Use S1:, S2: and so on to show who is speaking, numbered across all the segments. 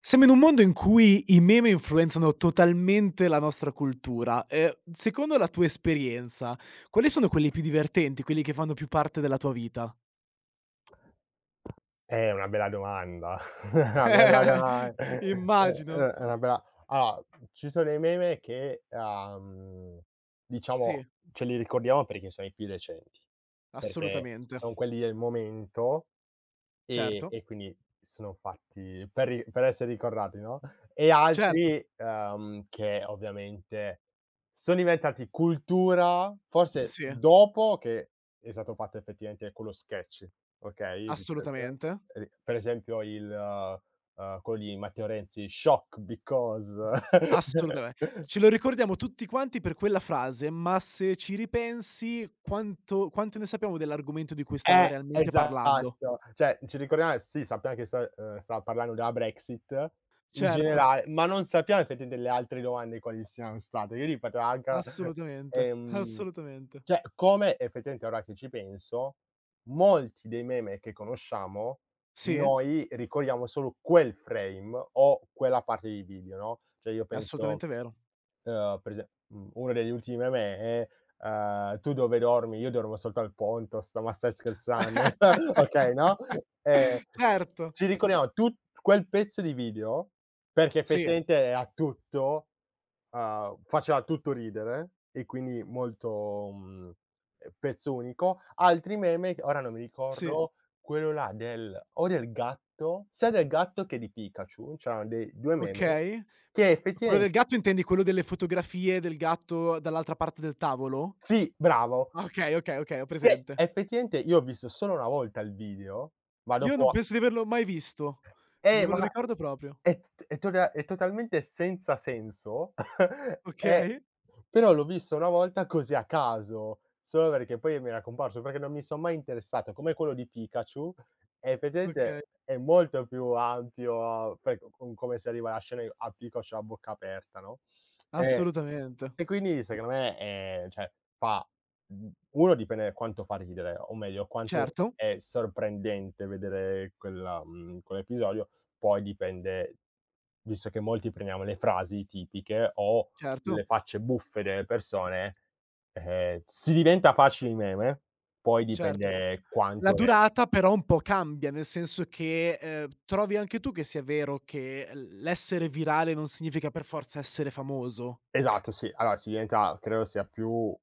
S1: Siamo in un mondo in cui i meme influenzano totalmente la nostra cultura. Secondo la tua esperienza, quali sono quelli più divertenti, quelli che fanno più parte della tua vita?
S2: Una bella domanda. Una bella doman
S1: Immagino.
S2: è una bella allora, ci sono i meme che, diciamo,
S1: Sì,
S2: ce li ricordiamo perché sono i più recenti, perché
S1: assolutamente.
S2: son quelli del momento e
S1: Certo,
S2: e quindi sono fatti per essere ricordati, no, e
S1: certo.
S2: altri, che ovviamente sono diventati cultura forse
S1: Sì,
S2: dopo che è stato fatto effettivamente quello sketch. Okay, ri
S1: assolutamente.
S2: Per esempio il, quello di Matteo Renzi, "Shock because".
S1: Assolutame ce lo ricordiamo tutti quanti per quella frase, ma se ci ripensi quanto ne sappiamo dell'argomento di cui stava realmente parlando.
S2: Esatto, cioè ci ricordiamo e sì, sappiamo che stava parlando della Brexit in
S1: Certo.
S2: generale, ma non sappiamo effetti delle altre domande quali siano state. Io gli potevo anche
S1: Assolutamente,
S2: ehm,
S1: assolutamente.
S2: cioè, come effettivamente ora che ci penso, molti dei meme che conosciamo,
S1: Sì, è
S2: noi ricordiamo solo quel frame o quella parte di video, no, cioè io penso.
S1: assolutamente vero.
S2: Una delle ultime me è, "Tu dove dormi?" "Io dormo sotto al ponto." "Sta ma stai scherzando?" Okay, no, ehm,
S1: Certo,
S2: ci ricordiamo tut quel pezzo di video, perché
S1: sì,
S2: effettivamente era tutto faceva tutto ridere e quindi molto, pezzo unico. Altri meme che ora non mi
S1: sì,
S2: ricordo, quello là del gatto, sia del gatto che di Pikachu, c'erano dei 2 meme
S1: okay.
S2: che
S1: Quello del
S2: effettivamente...
S1: gatto intendi quello delle fotografie del gatto dall'altra parte del tavolo?
S2: Sì, bravo.
S1: Okay, okay, okay, ho
S2: Che
S1: presente.
S2: effettivamente io ho visto solo una volta il video, ma
S1: Io non
S2: dopo
S1: penso di averlo mai visto, non me lo
S2: ma
S1: ricordo proprio.
S2: è t è tota è totalmente senza senso. eh,
S1: Okay,
S2: Però l'ho visto una volta così a caso, solo perché poi mi era comparso, perché non mi son mai interessato, come quello di Pikachu,
S1: okay,
S2: effettivamente è molto più ampio, poi co con come si arriva alla scena a Pikachu a bocca aperta, no, ehm
S1: assolutamente.
S2: e quindi secondo me, cioè fa, 1 dipende da quanto fa ridere, o meglio quanto
S1: Certo,
S2: è sorprendente vedere quella, quell'episodio, poi dipende, visto che molti prendiamo le frasi tipiche o
S1: certo,
S2: le facce buffe delle persone, si diventa facili meme, poi
S1: certo.
S2: dipende
S1: La
S2: quanto è...
S1: durata però un po' cambia, nel senso che, trovi anche tu che sia vero che l'essere virale non significa per forza essere famoso?
S2: Esatto, sì. Allora si diventa, credo sia più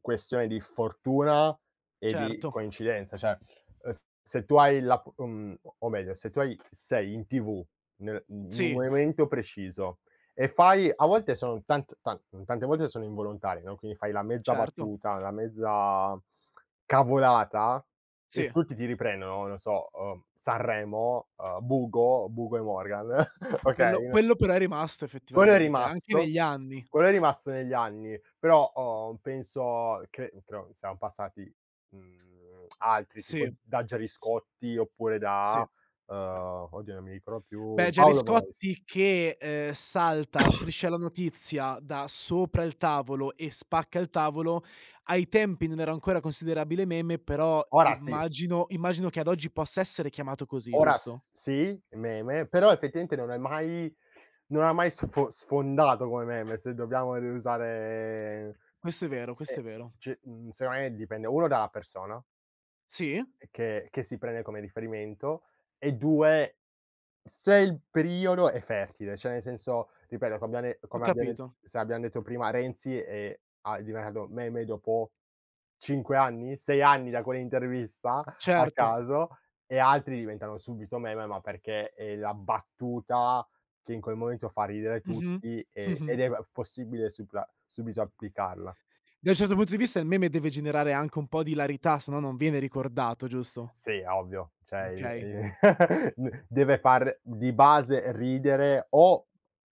S2: questione di fortuna e di
S1: Certo,
S2: coincidenza, cioè, s se tu hai la p mhmm, o meglio, se tu hai sei in TV, nel in un
S1: sì,
S2: momento preciso e fai, a volte sono tante volte sono involontari, no, quindi fai la mezza
S1: certo,
S2: battuta, la mezza cavolata e
S1: sì.
S2: tutti ti riprendono, non so, Sanremo, Bugo e Morgan.
S1: Cu quello
S2: Okay?
S1: quello però è rimasto
S2: Quello è
S1: effettivamente, anche
S2: rimasto,
S1: negli anni.
S2: quello è rimasto negli anni, però ho penso che però siamo passati, altri
S1: Sì.
S2: tipo da
S1: S
S2: Geriscotti oppure da,
S1: sì.
S2: oddio non mi ricordo più,
S1: Beh, Gerry
S2: Paolo Bonolis.
S1: Scotti che, salta Striscia la notizia da sopra il tavolo e spacca il tavolo, ai tempi non era ancora considerabile meme, però
S2: Ora sì,
S1: immagino che ad oggi possa essere chiamato così,
S2: ora
S1: giusto?
S2: s sì, meme, però effettivamente non ha mai sfondato come meme, se dobbiamo riusare.
S1: Questo è vero, questo
S2: eh,
S1: è vero.
S2: Secondo me dipende 1 dalla persona
S1: Sì?
S2: che si prende come riferimento e 2, se il periodo è fertile, cioè nel senso, ripeto,
S1: Ho
S2: come abbiamo de
S1: capito.
S2: se abbiamo detto prima, Renzi è diventato meme dopo 5 anni, 6 anni da quell'intervista a
S1: Certo.
S2: caso, e altri diventano subito meme, ma perché è la battuta che in quel momento fa ridere
S1: Mh-mh.
S2: tutti e
S1: Mh-mh.
S2: ed è possibile supla subito applicarla.
S1: Da un certo punto di vista il meme deve generare anche un po' di ilarità, se no non viene ricordato, giusto?
S2: Sì, ovvio, cioè il
S1: Okay.
S2: il deve far di base ridere o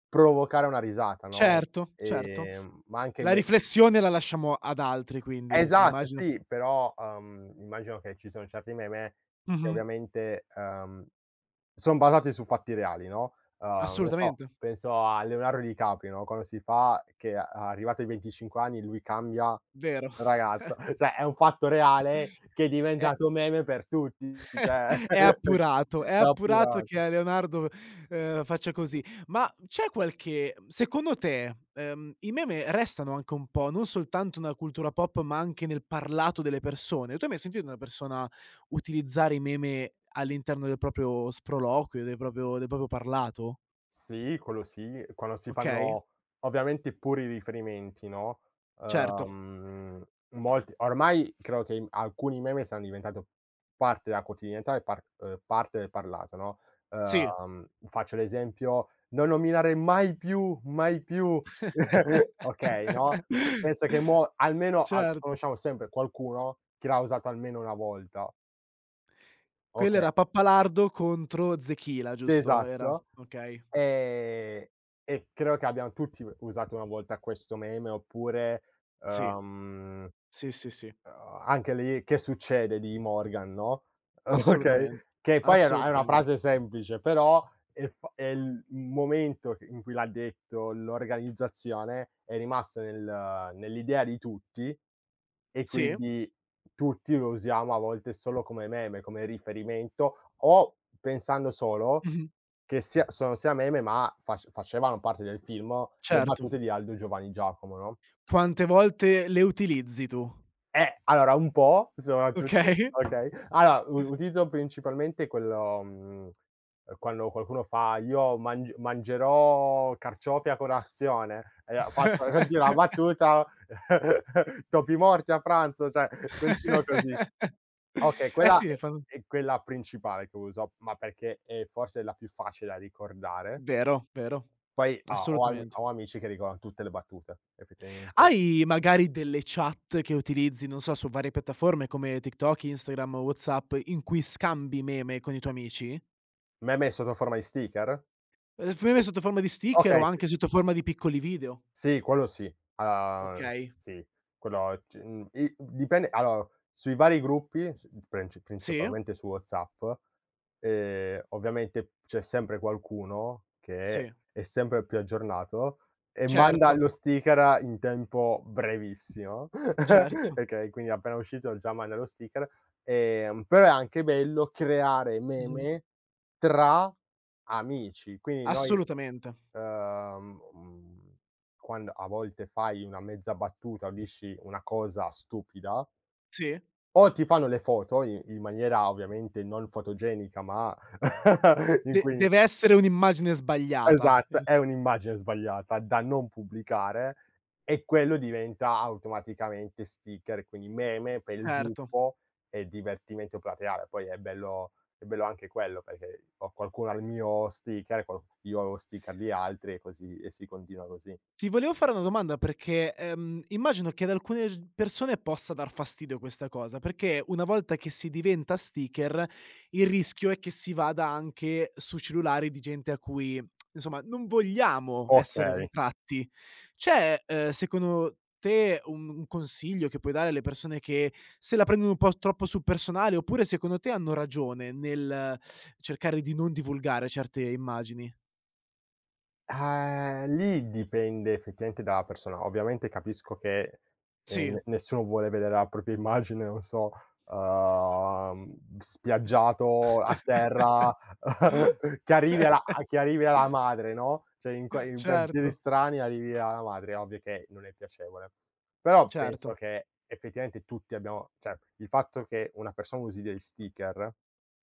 S2: provocare una risata, no,
S1: Certo, certo.
S2: ma anche
S1: La
S2: me
S1: riflessione la lasciamo ad altri quindi,
S2: esatto,
S1: immagino.
S2: sì, però, immagino che ci sono certi meme che
S1: Mh-mh.
S2: ovviamente, son basati su fatti reali, no, non so,
S1: Assolutamente,
S2: penso a Leonardo Di Caprio, no, quando si fa che a arrivato ai 25 anni lui cambia
S1: vero.
S2: ragazza. Cioè è un fatto reale che è
S1: È
S2: diventato meme per tutti, cioè
S1: è
S2: è
S1: appurato che
S2: appurato.
S1: a Leonardo, faccia così. Ma c'è qualche secondo te, i meme restano anche un po' non soltanto nella cultura pop, ma anche nel parlato delle persone. Tu hai mai sentito una persona utilizzare i meme all'interno del proprio sproloquio, del proprio parlato?
S2: Sì, quello sì, quando si
S1: Okay,
S2: fanno ovviamente puri riferimenti, no,
S1: certo.
S2: uhm, molti ormai credo che alcuni meme siano diventato parte della quotidianità e parte del parlato, no.
S1: Sì.
S2: Faccio l'esempio: "Non nominare mai più, mai più", okay, no, penso che mo almeno a
S1: Certo.
S2: conosciamo sempre qualcuno che l'ha usato almeno una volta.
S1: Quello
S2: Okay,
S1: era Pappalardo contro Zechila,
S2: sì,
S1: giusto? Era
S2: esatto.
S1: okay.
S2: Ehm, e credo che abbiamo tutti usato una volta questo meme oppure, sì,
S1: Sì, sì, sì, sì,
S2: Uhm, anche lì "Che succede?" di Morgan, no, okay,
S1: assolutamen
S2: che poi è una
S1: assolutamen
S2: frase semplice, però è il momento in cui l'ha detto l'organizzazione è rimasto nell'idea di tutti, e
S1: sì,
S2: quindi tutti lo usiamo a volte solo come meme, come riferimento, o pensando solo
S1: mh-mh,
S2: che sia meme, ma facevano parte del film le
S1: certo.
S2: battute di Aldo Giovanni Giacomo, no?
S1: Quante volte le utilizzi tu,
S2: Allora un po', sono tutti
S1: okay?
S2: okay. Allora, u utilizzo principalmente quello, quando qualcuno fa: "Io mangerò carciofi a colazione", e faccio continua la battuta, topi morti a pranzo, cioè continuo così. Okay,
S1: Eh
S2: quella
S1: sì, fan
S2: è quella principale che uso, ma perché è forse la più facile da ricordare.
S1: vero, vero,
S2: Poi a ho am
S1: assolutamente.
S2: ho amici che ricordano tutte le battute, effettivamente.
S1: Hai magari delle chat che utilizzi, non so, su varie piattaforme come TikTok, Instagram, WhatsApp, in cui scambi meme con i tuoi amici?
S2: Meme sotto forma di sticker?
S1: F meme sotto forma di sticker o
S2: Okay, sì.
S1: anche sotto forma di piccoli video.
S2: Sì, quello sì.
S1: Okay.
S2: Sì, quello c mhmm, i dipende, allora, sui vari gruppi, s princi
S1: Sì,
S2: principalmente su WhatsApp, ovviamente c'è sempre qualcuno che
S1: sì,
S2: è sempre più aggiornato e manda
S1: certo,
S2: lo sticker in tempo brevissimo,
S1: certo.
S2: okay, quindi appena uscito già manda lo sticker, però è anche bello creare
S1: Mh-mh.
S2: meme tra amici. Quindi noi,
S1: Assolutamente.
S2: Ehm, mhmm, quando a volte fai una mezza battuta o dici una cosa stupida,
S1: Sì.
S2: o ti fanno le foto i in maniera ovviamente non fotogenica, ma in
S1: De
S2: cui...
S1: deve essere un'immagine sbagliata.
S2: esatto, è un'immagine sbagliata da non pubblicare, e quello diventa automaticamente sticker, quindi meme per il
S1: Certo.
S2: gruppo e divertimento plateale. Poi è bello, anche quello, perché ho qualcuno al mio sticker, qual io ho lo sticker di altri e così, e si continua così.
S1: Ti volevo fare una domanda perché, immagino che ad alcune g persone possa dar fastidio questa cosa, perché una volta che si diventa sticker, il rischio è che si vada anche su cellulari di gente a cui, insomma, non vogliamo essere
S2: Okay.
S1: ritratti. C'è, secondo te un consiglio che puoi dare alle persone che se la prendono un po' troppo sul personale, oppure secondo te hanno ragione nel cercare di non divulgare certe immagini?
S2: Ah, lì dipende effettivamente dalla persona. Ovviamente capisco che,
S1: Sì.
S2: n nessuno vuole vedere la propria immagine, non so, uhm, spiaggiato a terra, che arrivi alla madre, no, cioè in qua in per
S1: Certo,
S2: giri strani arrivi alla madre, è ovvio che non è piacevole. Però penso
S1: certo.
S2: che effettivamente tutti abbiamo, cioè il fatto che una persona usi degli sticker,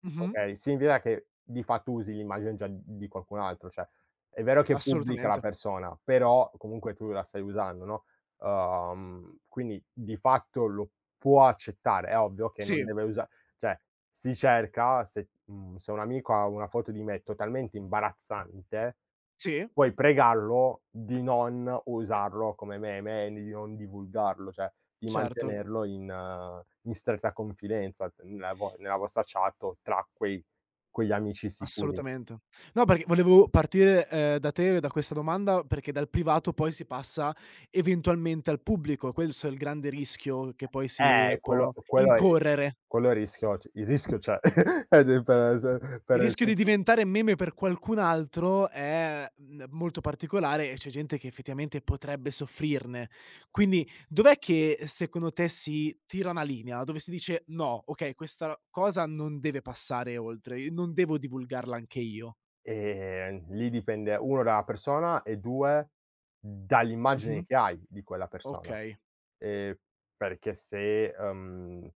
S1: Mh-mh.
S2: okay, significa che di fatto usi l'immagine già di qualcun altro, cioè è vero che pubblica la
S1: Assolutamente.
S2: persona, però comunque tu la stai usando, no, quindi di fatto lo può accettare. È ovvio che non
S1: Sì,
S2: deve usa cioè si cerca, se, se un amico ha una foto di me totalmente imbarazzante,
S1: sì,
S2: puoi pregarlo di non usarlo come meme e di non divulgarlo, cioè di
S1: certo,
S2: mantenerlo in in stretta confidenza nella vo nella vostra chat o tra quei quegli amici sicuri.
S1: assolutamente. No, perché volevo partire, da te, da questa domanda, perché dal privato poi si passa eventualmente al pubblico, questo è il grande rischio che poi si può
S2: Quello è,
S1: incorrere.
S2: il rischio, c il rischio c'è. Ed è per se
S1: Il
S2: per
S1: rischio di diventare meme per qualcun altro è, molto particolare e c'è gente che effettivamente potrebbe soffrirne.
S2: s
S1: Quindi dov'è che secondo te si tira una linea, dove si dice: "No, okay, questa cosa non deve passare oltre, i non devo divulgarla anche io."
S2: lì dipende 1 dalla persona e 2 dall'immagine
S1: Mh-mh.
S2: che hai di quella persona.
S1: Okay.
S2: Ehm, Perché se,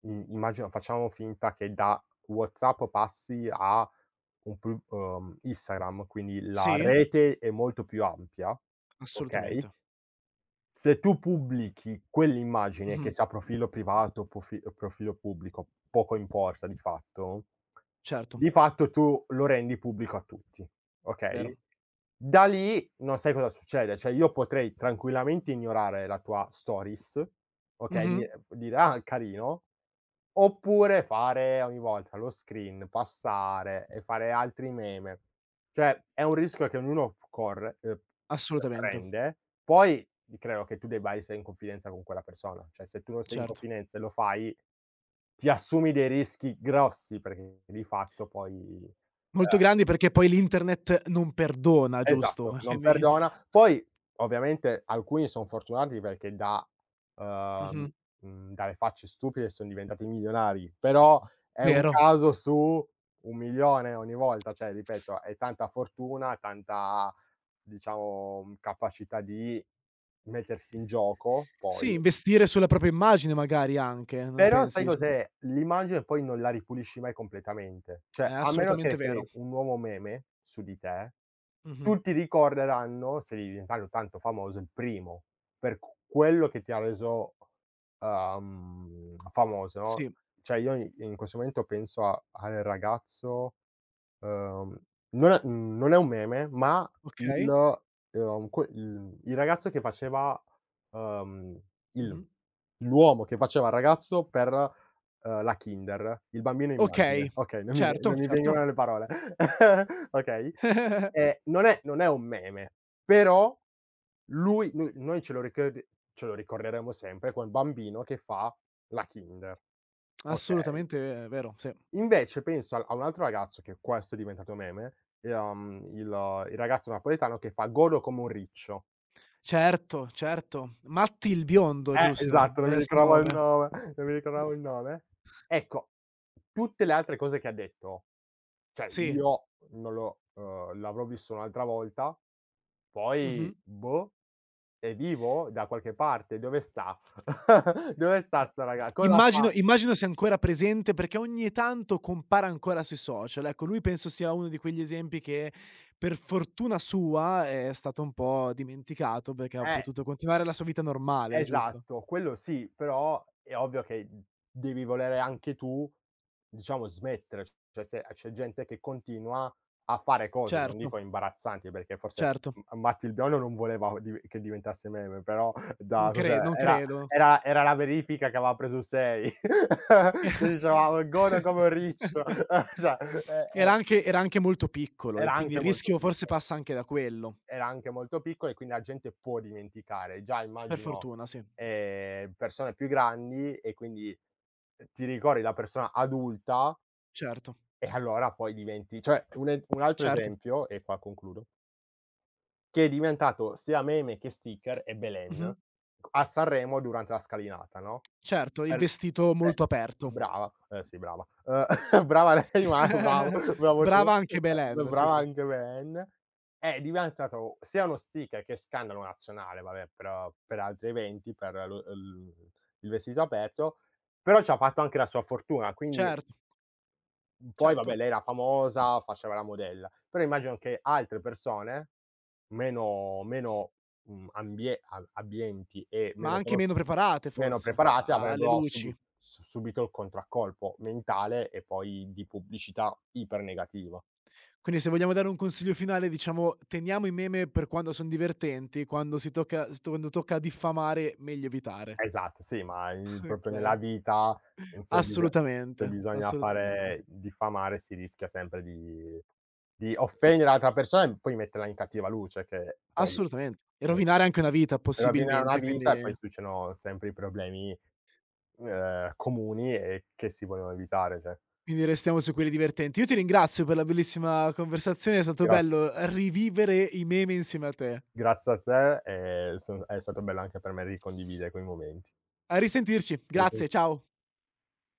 S2: i immagino facciamo finta che da WhatsApp passi a un plu Instagram, quindi la, okay,
S1: Sì,
S2: rete è molto più ampia, okay?
S1: assolutamente.
S2: Se tu pubblichi quell'immagine, mh-mh, che
S1: Mh-mh.
S2: sia profilo privato o profi o profilo pubblico, poco importa
S1: Certo,
S2: di fatto tu lo rendi pubblico a tutti, okay?
S1: vero.
S2: Da lì non sai cosa succede, cioè io potrei tranquillamente ignorare la tua stories, okay,
S1: Mh-mh.
S2: di dire: "Ah, carino." Oppure fare ogni volta lo screen, passare e fare altri meme. Cioè, è un rischio che ognuno p corre,
S1: Assolutamente,
S2: prende, poi credo che tu debba essere in confidenza con quella persona. Cioè, se tu non sei in
S1: certo.
S2: confidenza e lo fai, ti assumi dei rischi grossi perché di fatto poi, ehm
S1: Molto grandi perché poi l'internet non perdona,
S2: esatto,
S1: giusto?
S2: non
S1: Quindi
S2: perdona. Poi ovviamente alcuni son fortunati perché da uhm,
S1: mh-mh.
S2: dalle facce stupide son diventati milionari, però è un
S1: Vero.
S2: caso su 1.000.000 ogni volta, cioè ripeto è tanta fortuna, tanta, diciamo, capacità di mettersi in gioco,
S1: Sì,
S2: poi,
S1: investire sulla propria immagine magari anche, non
S2: però sai
S1: pensi? Cioè
S2: cos'è? Li mangi e poi non la ripulisci mai completamente.
S1: è
S2: Cioè, a meno che
S1: assolutamente vero.
S2: crei un nuovo meme su di te,
S1: Mh-mh.
S2: tutti ricorderanno, se devi diventare tanto famoso, il primo, per q quello che ti ha reso, famoso, no,
S1: Sì,
S2: cioè io i in questo momento penso a al ragazzo. Uhm, Non è un meme, ma il
S1: okay.
S2: que il ragazzo che faceva, uhm,
S1: Mh-mh.
S2: il l'uomo che faceva il ragazzo per, la Kinder, il bambino immagine.
S1: Okay,
S2: Okay, non
S1: certo,
S2: mi
S1: certo.
S2: vengono le parole. Okay. Non è un meme, però lui, noi noi ce lo ricordi ce lo ricorderemo sempre, quel bambino che fa la Kinder, okay?
S1: Assolutamente vero, sì.
S2: Invece penso al a un altro ragazzo, che questo è diventato meme, e il ragazzo napoletano che fa: "Godo come un riccio".
S1: Certo, certo. Matti il biondo, giusto?
S2: Esatto, non
S1: Era
S2: mi
S1: il suo
S2: ricordavo il
S1: nome.
S2: nome, non mi ricordavo il nome. Ecco, tutte le altre cose che ha detto, cioè
S1: Sì.
S2: io non lo, l'avrò visto un'altra volta. Mh.
S1: Mh-mh.
S2: Poi boh, è vivo da qualche parte? Dove sta? Dove sta
S1: Beh,
S2: 'sto raga, cosa
S1: immagino
S2: fa?
S1: immagino sia ancora presente perché ogni tanto compare ancora sui social. Ecco, lui penso sia uno di quegli esempi che per fortuna sua è stato un po' dimenticato perché ha
S2: Eh,
S1: potuto continuare la sua vita normale, giusto?
S2: esatto, quello sì, però è ovvio che, devi volere anche tu, diciamo, smettere, cioè se c'è gente che continua a fare cose, non
S1: Certo,
S2: dico imbarazzanti, perché forse
S1: certo.
S2: M Matti il Biondo non voleva div che diventasse meme, però
S1: Non
S2: da
S1: cre
S2: cos'è,
S1: non
S2: era
S1: credo.
S2: era la verifica che aveva preso 6. Quindi diceva: "Godo come un riccio." Cioè, e e
S1: Era anche molto piccolo e
S2: era
S1: quindi il
S2: anche molto
S1: rischio forse
S2: picco
S1: passa anche da quello.
S2: era anche molto piccolo e quindi la gente può dimenticare. Già
S1: Per
S2: immagino,
S1: fortuna sì.
S2: persone più grandi e quindi, ti ricordi la persona adulta,
S1: Certo,
S2: e allora poi diventi, cioè un, e un altro
S1: certo.
S2: esempio, e qua concludo, che è diventato sia meme che sticker è
S1: Mh-mh.
S2: Belen. A Sanremo durante la scalinata, no?
S1: Certo, il
S2: Per...
S1: vestito
S2: eh,
S1: molto aperto.
S2: brava, eh sì brava. Brava lei, ma bravo tu,
S1: Brava anche Belen, sì,
S2: brava
S1: sì.
S2: anche Ben. È diventato sia uno sticker che scandalo nazionale, vabbè, però per altri eventi, per lo l il vestito aperto, però ci ha fatto anche la sua fortuna, quindi,
S1: Certo,
S2: Mhmm, poi vabbè
S1: certo,
S2: lei era famosa, faceva la modella, però immagino che altre persone meno, mhmm, ambie a abbienti e
S1: ma anche meno preparate
S2: meno
S1: forse
S2: preparate
S1: a alle
S2: avrebbero
S1: luci.
S2: subito il contraccolpo mentale e poi di pubblicità ipernegativa.
S1: Quindi se vogliamo dare un consiglio finale, diciamo, teniamo i meme per quando son divertenti, quando si tocca s quando tocca diffamare meglio evitare.
S2: Esatto, sì, ma il proprio nella
S1: Okay.
S2: vita, mhmm, se biso se
S1: Assolutamente,
S2: bisogna
S1: assolutamente,
S2: fare diffamare, si rischia sempre di offendere l'altra persona e poi metterla in cattiva luce, che poi
S1: assolutamente. E rovinare anche una vita
S2: rovina una
S1: possibilmente,
S2: vita e poi
S1: quindi
S2: succedono sempre i problemi, comuni, e che si vogliono evitare, cioè.
S1: quindi restiamo su quelli divertenti. Io ti ringrazio per la bellissima conversazione, è stato
S2: Gra
S1: bello rivivere i meme insieme a te.
S2: Grazie a te, son è stato bello anche per me ricondividere quei momenti.
S1: A risentirci. Grazie, ciao.